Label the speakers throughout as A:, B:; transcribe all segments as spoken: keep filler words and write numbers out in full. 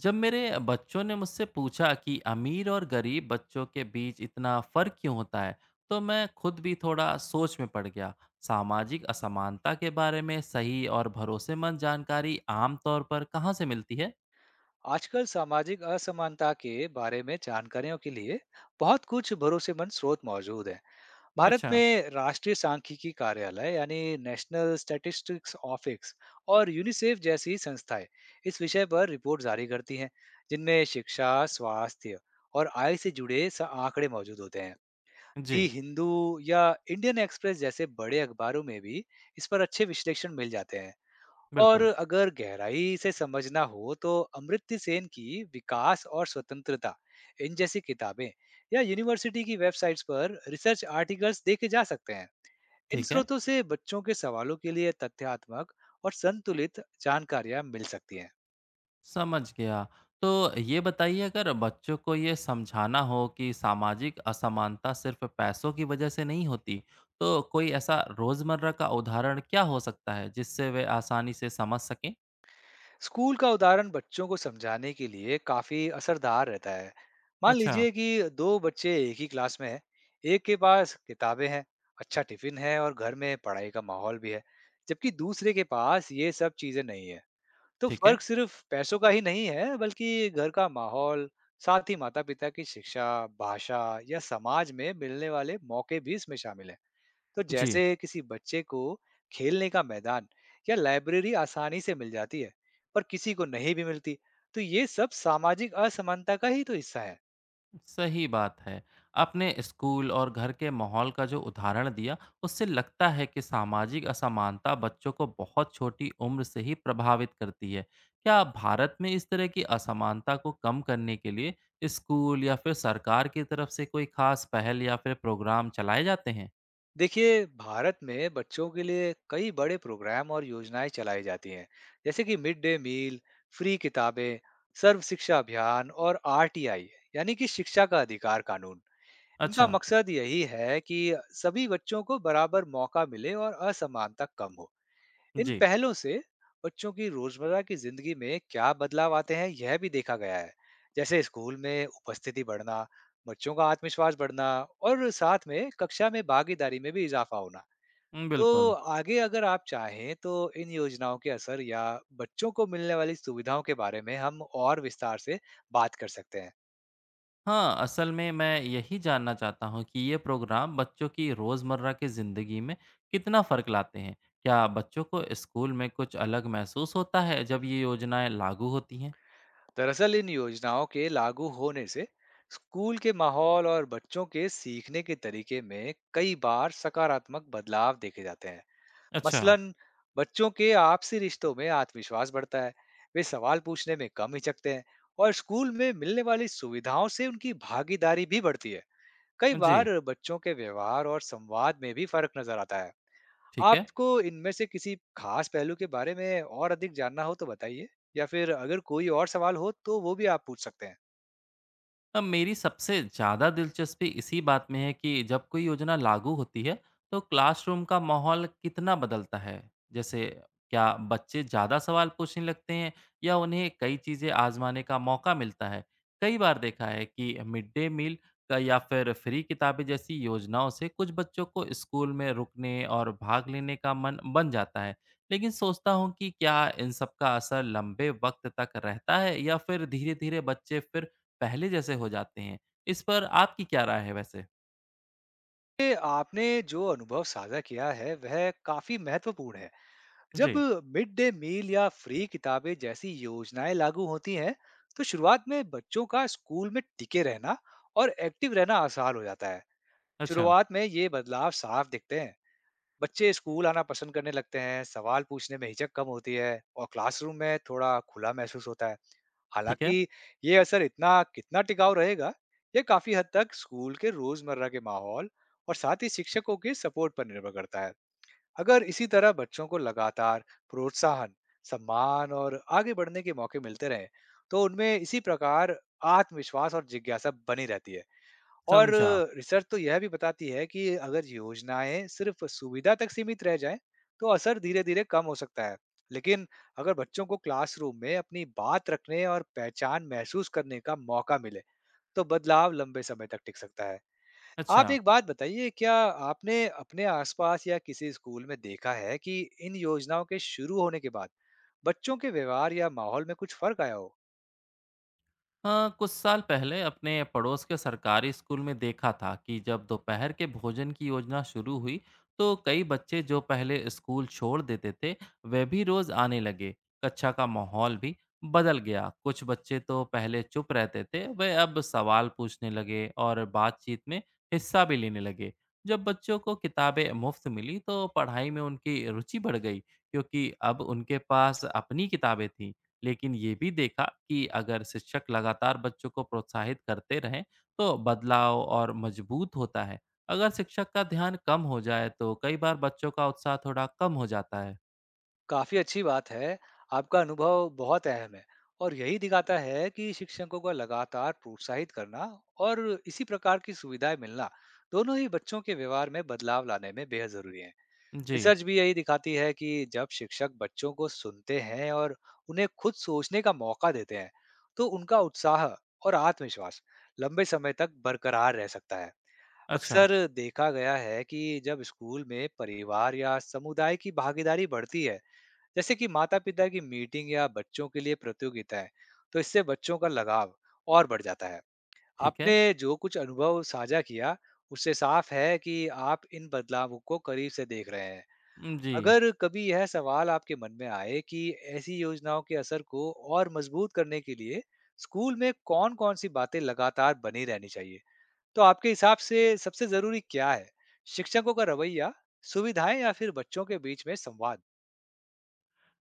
A: जब मेरे बच्चों ने मुझसे पूछा कि अमीर और गरीब बच्चों के बीच इतना फर्क क्यों होता है, तो मैं खुद भी थोड़ा सोच में पड़ गया। सामाजिक असमानता के बारे में सही और भरोसेमंद जानकारी आमतौर पर कहाँ से मिलती है?
B: आजकल सामाजिक असमानता के बारे में जानकारियों के लिए बहुत कुछ भरोसेमंद स्रोत मौजूद हैं। भारत
A: अच्छा।
B: में राष्ट्रीय सांख्यिकी कार्यालय यानी नेशनल स्टैटिस्टिक्स ऑफिस और यूनिसेफ जैसी संस्थाएं इस विषय पर रिपोर्ट जारी करती हैं, जिनमें शिक्षा, स्वास्थ्य और आय से जुड़े सा आंकड़े मौजूद होते हैं। दी
A: जी।
B: हिंदू या इंडियन एक्सप्रेस जैसे बड़े अखबारों में भी इस पर अच्छे विश्लेषण मिल जाते हैं। और
A: बिल्कुल।
B: अगर गहराई से समझना हो तो अमर्त्य सेन की विकास और स्वतंत्रता इन जैसी किताबें या यूनिवर्सिटी की वेबसाइट्स पर रिसर्च आर्टिकल्स देखे जा सकते हैं। इन
A: ठीक है।
B: स्रोतों से बच्चों के सवालों के लिए तथ्यात्मक और संतुलित जानकारियां मिल सकती हैं।
A: समझ गया। तो ये बताइए, अगर बच्चों को ये समझाना हो कि सामाजिक असमानता सिर्फ़ पैसों की वजह से नहीं होती, तो कोई ऐसा रोज़मर्रा का उदाहरण क्या हो सकता है जिससे वे आसानी से समझ सकें?
B: स्कूल का उदाहरण बच्चों को समझाने के लिए काफी असरदार रहता है। मान
A: अच्छा।
B: लीजिए कि दो बच्चे एक ही क्लास में हैं, एक के पास किताबें हैं, अच्छा टिफिन है और घर में पढ़ाई का माहौल भी है, जबकि दूसरे के पास ये सब चीजें नहीं है। तो
A: ठीक है।
B: फर्क सिर्फ पैसों का ही नहीं है, बल्कि घर का माहौल, साथ ही माता पिता की शिक्षा, भाषा या समाज में मिलने वाले मौके भी इसमें शामिल है। तो
A: जी।
B: जैसे किसी बच्चे को खेलने का मैदान या लाइब्रेरी आसानी से मिल जाती है, पर किसी को नहीं भी मिलती। तो ये सब सामाजिक असमानता का ही तो हिस्सा है।
A: सही बात है। आपने स्कूल और घर के माहौल का जो उदाहरण दिया, उससे लगता है कि सामाजिक असमानता बच्चों को बहुत छोटी उम्र से ही प्रभावित करती है। क्या भारत में इस तरह की असमानता को कम करने के लिए स्कूल या फिर सरकार की तरफ से कोई खास पहल या फिर प्रोग्राम चलाए जाते हैं?
B: देखिए, भारत में बच्चों के लिए कई बड़े प्रोग्राम और योजनाएं चलाई जाती हैं, जैसे कि मिड डे मील, फ्री किताबें, सर्व शिक्षा अभियान और आर टी आई, यानी कि शिक्षा का अधिकार कानून। इनका
A: अच्छा।
B: मकसद यही है कि सभी बच्चों को बराबर मौका मिले और असमानता कम हो। इन
A: जी।
B: पहलों से बच्चों की रोजमर्रा की जिंदगी में क्या बदलाव आते हैं, यह भी देखा गया है। जैसे स्कूल में उपस्थिति बढ़ना, बच्चों का आत्मविश्वास बढ़ना और साथ में कक्षा में भागीदारी में भी इजाफा होना।
A: उम,
B: तो
A: बिल्कुल।
B: आगे अगर आप चाहें तो इन योजनाओं के असर या बच्चों को मिलने वाली सुविधाओं के बारे में हम और विस्तार से बात कर सकते हैं।
A: हाँ, असल में मैं यही जानना चाहता हूँ कि ये प्रोग्राम बच्चों की रोज़मर्रा की ज़िंदगी में कितना फ़र्क लाते हैं? क्या बच्चों को स्कूल में कुछ अलग महसूस होता है जब ये योजनाएँ लागू होती हैं?
B: दरअसल इन योजनाओं के लागू होने से स्कूल के माहौल और बच्चों के सीखने के तरीके में कई बार सकारात्मक बदलाव देखे जाते हैं।
A: अच्छा।
B: मसलन बच्चों के आपसी रिश्तों में आत्मविश्वास बढ़ता है, वे सवाल पूछने में कम हिचकते हैं और स्कूल में मिलने वाली सुविधाओं से उनकी भागीदारी भी बढ़ती है। कई
A: जी।
B: बार बच्चों के व्यवहार और संवाद में भी फर्क नजर आता है।
A: ठीक है।
B: आपको इनमें से किसी खास पहलू के बारे में और अधिक जानना हो तो बताइए, या फिर अगर कोई और सवाल हो तो वो भी आप पूछ सकते हैं।
A: अब मेरी सबसे ज़्यादा दिलचस्पी इसी बात में है कि जब कोई योजना लागू होती है तो क्लासरूम का माहौल कितना बदलता है। जैसे, क्या बच्चे ज़्यादा सवाल पूछने लगते हैं या उन्हें कई चीज़ें आजमाने का मौका मिलता है। कई बार देखा है कि मिड डे मील का या फिर फ्री किताबें जैसी योजनाओं से कुछ बच्चों को स्कूल में रुकने और भाग लेने का मन बन जाता है। लेकिन सोचता हूँ कि क्या इन सब का असर लंबे वक्त तक रहता है या फिर धीरे धीरे बच्चे फिर पहले जैसे हो जाते हैं। इस पर आपकी क्या राय है वैसे?
B: ये आपने जो अनुभव साझा किया है, वह काफी महत्वपूर्ण है। जब
A: जी।
B: मिड डे मील या फ्री किताबें जैसी योजनाएं लागू होती हैं, तो शुरुआत में बच्चों का स्कूल में टिके रहना और एक्टिव रहना आसान हो जाता है।
A: अच्छा।
B: शुरुआत में ये बदलाव साफ दिखते हैं, बच्चे स्कूल आना पसंद करने लगते हैं, सवाल पूछने में हिचक कम होती है और क्लासरूम में थोड़ा खुला महसूस होता है।
A: ठीक है।
B: हालांकि ये असर इतना कितना टिकाऊ रहेगा, ये काफी हद तक स्कूल के रोजमर्रा के माहौल और साथ ही शिक्षकों के सपोर्ट पर निर्भर करता है। अगर इसी तरह बच्चों को लगातार प्रोत्साहन, सम्मान और आगे बढ़ने के मौके मिलते रहें, तो उनमें इसी प्रकार आत्मविश्वास और जिज्ञासा बनी रहती है। और
A: समझा।
B: रिसर्च तो यह भी बताती है कि अगर योजनाएं सिर्फ सुविधा तक सीमित रह जाएं, तो असर धीरे धीरे कम हो सकता है। लेकिन अगर बच्चों को क्लासरूम में अपनी बात रखने और पहचान महसूस करने का मौका मिले, तो बदलाव लंबे समय तक टिक सकता है।
A: अच्छा।
B: आप एक बात बताइए, क्या आपने अपने आसपास या किसी स्कूल में देखा है कि इन योजनाओं के शुरू होने के बाद बच्चों के व्यवहार या माहौल में कुछ फर्क आया हो?
A: हाँ, कुछ साल पहले अपने पड़ोस के सरकारी स्कूल में देखा था कि जब दोपहर के भोजन की योजना शुरू हुई तो कई बच्चे जो पहले स्कूल छोड़ देते थे, वे भी रोज आने लगे। कक्षा का माहौल भी बदल गया। कुछ बच्चे तो पहले चुप रहते थे, वे अब सवाल पूछने लगे और बातचीत में हिस्सा भी लेने लगे। जब बच्चों को किताबें मुफ्त मिली तो पढ़ाई में उनकी रुचि बढ़ गई, क्योंकि अब उनके पास अपनी किताबें थीं। लेकिन ये भी देखा कि अगर शिक्षक लगातार बच्चों को प्रोत्साहित करते रहें तो बदलाव और मजबूत होता है। अगर शिक्षक का ध्यान कम हो जाए तो कई बार बच्चों का उत्साह थोड़ा कम हो जाता है।
B: काफी अच्छी बात है, आपका अनुभव बहुत अहम है और यही दिखाता है कि शिक्षकों का लगातार प्रोत्साहित करना और इसी प्रकार की सुविधाएं मिलना, दोनों ही बच्चों के व्यवहार में बदलाव लाने में बेहद जरूरी है।
A: जी।
B: रिसर्च भी यही दिखाती है कि जब शिक्षक बच्चों को सुनते हैं और उन्हें खुद सोचने का मौका देते हैं, तो उनका उत्साह और आत्मविश्वास लंबे समय तक बरकरार रह सकता है।
A: अच्छा।
B: अक्सर देखा गया है कि जब स्कूल में परिवार या समुदाय की भागीदारी बढ़ती है, जैसे कि माता-पिता की मीटिंग या बच्चों के लिए प्रतियोगिताएं, तो इससे बच्चों का लगाव और बढ़ जाता है।
A: ठीक है।
B: आपने जो कुछ अनुभव साझा किया, उससे साफ है कि आप इन बदलावों को करीब से देख रहे हैं।
A: जी।
B: अगर कभी यह सवाल आपके मन में आए कि ऐसी योजनाओं के असर को और मजबूत करने के लिए स्कूल में कौन-कौन सी बातें लगातार बनी रहनी चाहिए, तो आपके हिसाब से सबसे जरूरी क्या है? शिक्षकों का रवैया, सुविधाएं या फिर बच्चों के बीच में संवाद?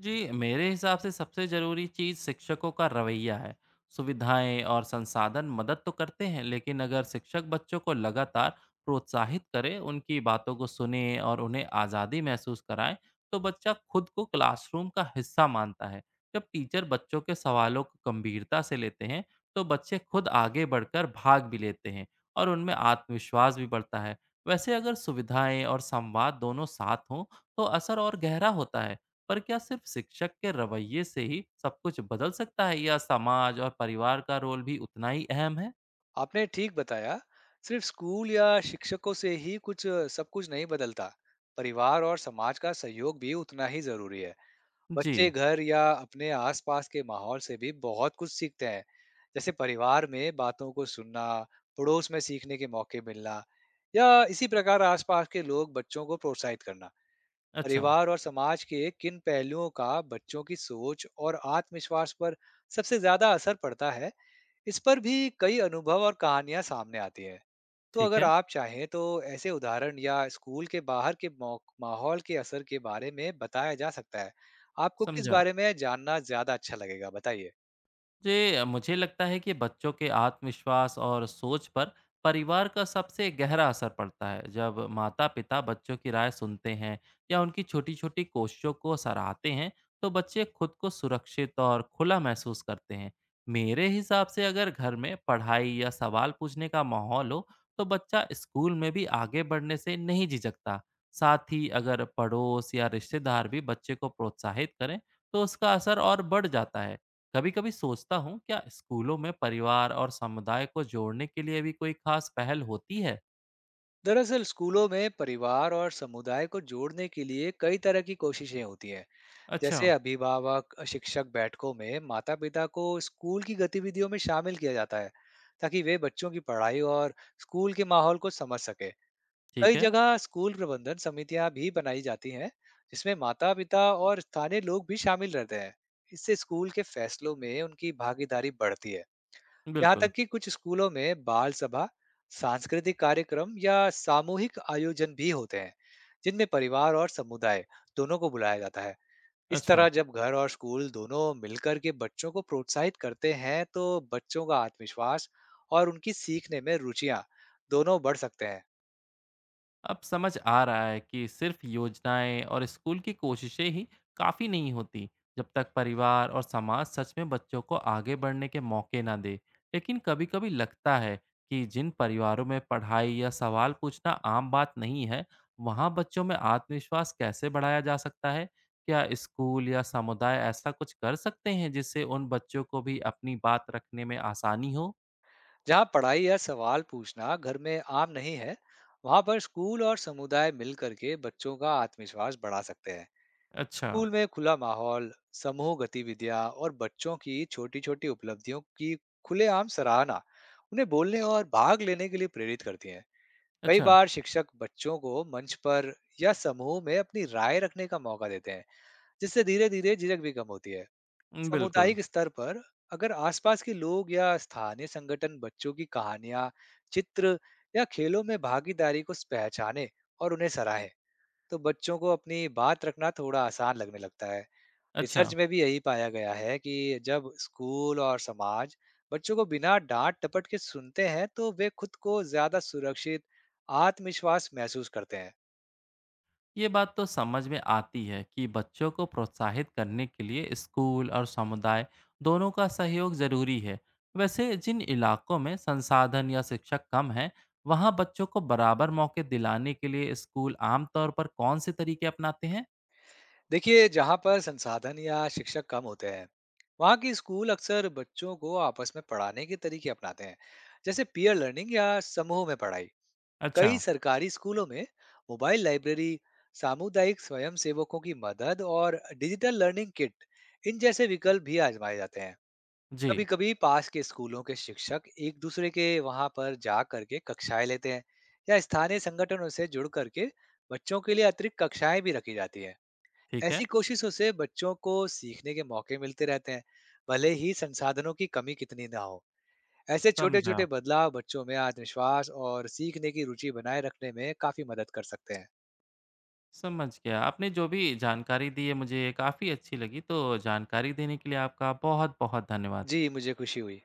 A: जी, मेरे हिसाब से सबसे ज़रूरी चीज़ शिक्षकों का रवैया है। सुविधाएँ और संसाधन मदद तो करते हैं, लेकिन अगर शिक्षक बच्चों को लगातार प्रोत्साहित करें, उनकी बातों को सुनें और उन्हें आज़ादी महसूस कराएँ, तो बच्चा खुद को क्लासरूम का हिस्सा मानता है। जब टीचर बच्चों के सवालों को गंभीरता से लेते हैं, तो बच्चे खुद आगे बढ़कर भाग भी लेते हैं और उनमें आत्मविश्वास भी बढ़ता है। वैसे अगर सुविधाएँ और संवाद दोनों साथ हों, तो असर और गहरा होता है। पर क्या सिर्फ शिक्षक के रवैये से ही सब कुछ बदल सकता है या समाज और परिवार का रोल भी उतना ही अहम है?
B: आपने ठीक बताया, सिर्फ स्कूल या शिक्षकों से ही कुछ सब कुछ नहीं बदलता। परिवार और समाज का सहयोग भी उतना ही जरूरी है। बच्चे
A: जी।
B: घर या अपने आसपास के माहौल से भी बहुत कुछ सीखते हैं, जैसे परिवार में बातों को सुनना, पड़ोस में सीखने के मौके मिलना या इसी प्रकार आसपास के लोग बच्चों को प्रोत्साहित करना।
A: अच्छा।
B: परिवार और समाज के किन पहलुओं का बच्चों की सोच और आत्मविश्वास पर सबसे ज्यादा असर पड़ता है, इस पर भी कई अनुभव और कहानियां सामने आती हैं। तो
A: ठीक
B: अगर
A: है।
B: आप चाहें तो ऐसे उदाहरण या स्कूल के बाहर के मौ- माहौल के असर के बारे में बताया जा सकता है। आपको किस
A: समझा।
B: बारे में जानना ज्यादा अच्छा लगेगा बताइए।
A: जी, मुझे लगता है कि बच्चों के आत्मविश्वास और सोच पर परिवार का सबसे गहरा असर पड़ता है। जब माता पिता बच्चों की राय सुनते हैं या उनकी छोटी छोटी कोशिशों को सराहते हैं, तो बच्चे खुद को सुरक्षित और खुला महसूस करते हैं। मेरे हिसाब से अगर घर में पढ़ाई या सवाल पूछने का माहौल हो, तो बच्चा स्कूल में भी आगे बढ़ने से नहीं झिझकता। साथ ही अगर पड़ोस या रिश्तेदार भी बच्चे को प्रोत्साहित करें, तो उसका असर और बढ़ जाता है। कभी-कभी सोचता हूँ, क्या स्कूलों में परिवार और समुदाय को जोड़ने के लिए भी कोई खास पहल होती है?
B: दरअसल स्कूलों में परिवार और समुदाय को जोड़ने के लिए कई तरह की कोशिशें होती हैं,
A: अच्छा।
B: जैसे अभिभावक शिक्षक बैठकों में माता पिता को स्कूल की गतिविधियों में शामिल किया जाता है, ताकि वे बच्चों की पढ़ाई और स्कूल के माहौल को समझ सके।
A: ठीक
B: कई
A: है।
B: जगह स्कूल प्रबंधन समितियां भी बनाई जाती हैं, जिसमें माता पिता और स्थानीय लोग भी शामिल रहते हैं। इससे स्कूल के फैसलों में उनकी भागीदारी बढ़ती है। यहाँ
A: बिल्कुल।
B: तक कि कुछ स्कूलों में बाल सभा, सांस्कृतिक कार्यक्रम या सामूहिक आयोजन भी होते हैं, जिनमें परिवार और समुदाय दोनों को बुलाया जाता है। इस
A: अच्छा।
B: तरह जब घर और स्कूल दोनों मिलकर के बच्चों को प्रोत्साहित करते हैं, तो बच्चों का आत्मविश्वास और उनकी सीखने में रुचियां दोनों बढ़ सकते हैं।
A: अब समझ आ रहा है कि सिर्फ योजनाएं और स्कूल की कोशिशें ही काफ़ी नहीं होती, जब तक परिवार और समाज सच में बच्चों को आगे बढ़ने के मौके ना दे। लेकिन कभी-कभी लगता है कि जिन परिवारों में पढ़ाई या सवाल पूछना आम बात नहीं है, वहाँ बच्चों में आत्मविश्वास कैसे बढ़ाया जा सकता है? क्या स्कूल या समुदाय ऐसा कुछ कर सकते हैं जिससे उन बच्चों को भी अपनी बात रखने में आसानी हो?
B: जहाँ पढ़ाई या सवाल पूछना घर में आम नहीं है, वहाँ पर स्कूल और समुदाय मिल करके बच्चों का आत्मविश्वास बढ़ा सकते हैं।
A: अच्छा।
B: स्कूल में खुला माहौल, समूह गतिविधियाँ और बच्चों की छोटी छोटी उपलब्धियों की खुलेआम सराहना उन्हें बोलने और भाग लेने के लिए प्रेरित करती हैं। कई
A: अच्छा।
B: बार शिक्षक बच्चों को मंच पर या समूह में अपनी राय रखने का मौका देते हैं, जिससे धीरे धीरे झिझक भी कम होती है।
A: बिल्कुल।
B: सामुदायिक स्तर पर अगर आसपास के लोग या स्थानीय संगठन बच्चों की कहानियां, चित्र या खेलों में भागीदारी को पहचाने और उन्हें सराहे, तो बच्चों को अपनी बात रखना थोड़ा आसान लगने लगता है।
A: अच्छा।
B: रिसर्च में भी यही पाया गया है कि जब स्कूल और समाज बच्चों को बिना डांट टपट के सुनते हैं, तो वे खुद को ज्यादा सुरक्षित, आत्मविश्वास महसूस करते हैं।
A: ये बात तो समझ में आती है कि बच्चों को प्रोत्साहित करने के लिए स्कूल और समुदाय दोनों का सहयोग जरूरी है। वैसे जिन इलाकों में संसाधन या शिक्षक कम हैं, वहाँ बच्चों को बराबर मौके दिलाने के लिए स्कूल आमतौर पर कौन से तरीके अपनाते हैं?
B: देखिए, जहाँ पर संसाधन या शिक्षक कम होते हैं, वहाँ के स्कूल अक्सर बच्चों को आपस में पढ़ाने के तरीके अपनाते हैं, जैसे पीयर लर्निंग या समूह में पढ़ाई।
A: अच्छा।
B: कई सरकारी स्कूलों में मोबाइल लाइब्रेरी, सामुदायिक स्वयं सेवकों की मदद और डिजिटल लर्निंग किट इन जैसे विकल्प भी आजमाए जाते हैं।
A: जी।
B: कभी कभी पास के स्कूलों के शिक्षक एक दूसरे के वहाँ पर जा करके कक्षाएं लेते हैं, या स्थानीय संगठनों से जुड़ करके बच्चों के लिए अतिरिक्त कक्षाएं भी रखी जाती हैं।
A: ठीक
B: ऐसी
A: है।
B: कोशिशों से बच्चों को सीखने के मौके मिलते रहते हैं, भले ही संसाधनों की कमी कितनी ना हो। ऐसे छोटे
A: समझा।
B: छोटे बदलाव बच्चों में आत्मविश्वास और सीखने की रुचि बनाए रखने में काफी मदद कर सकते हैं।
A: समझ गया, आपने जो भी जानकारी दी है मुझे काफ़ी अच्छी लगी। तो जानकारी देने के लिए आपका बहुत बहुत धन्यवाद।
B: जी, मुझे खुशी हुई।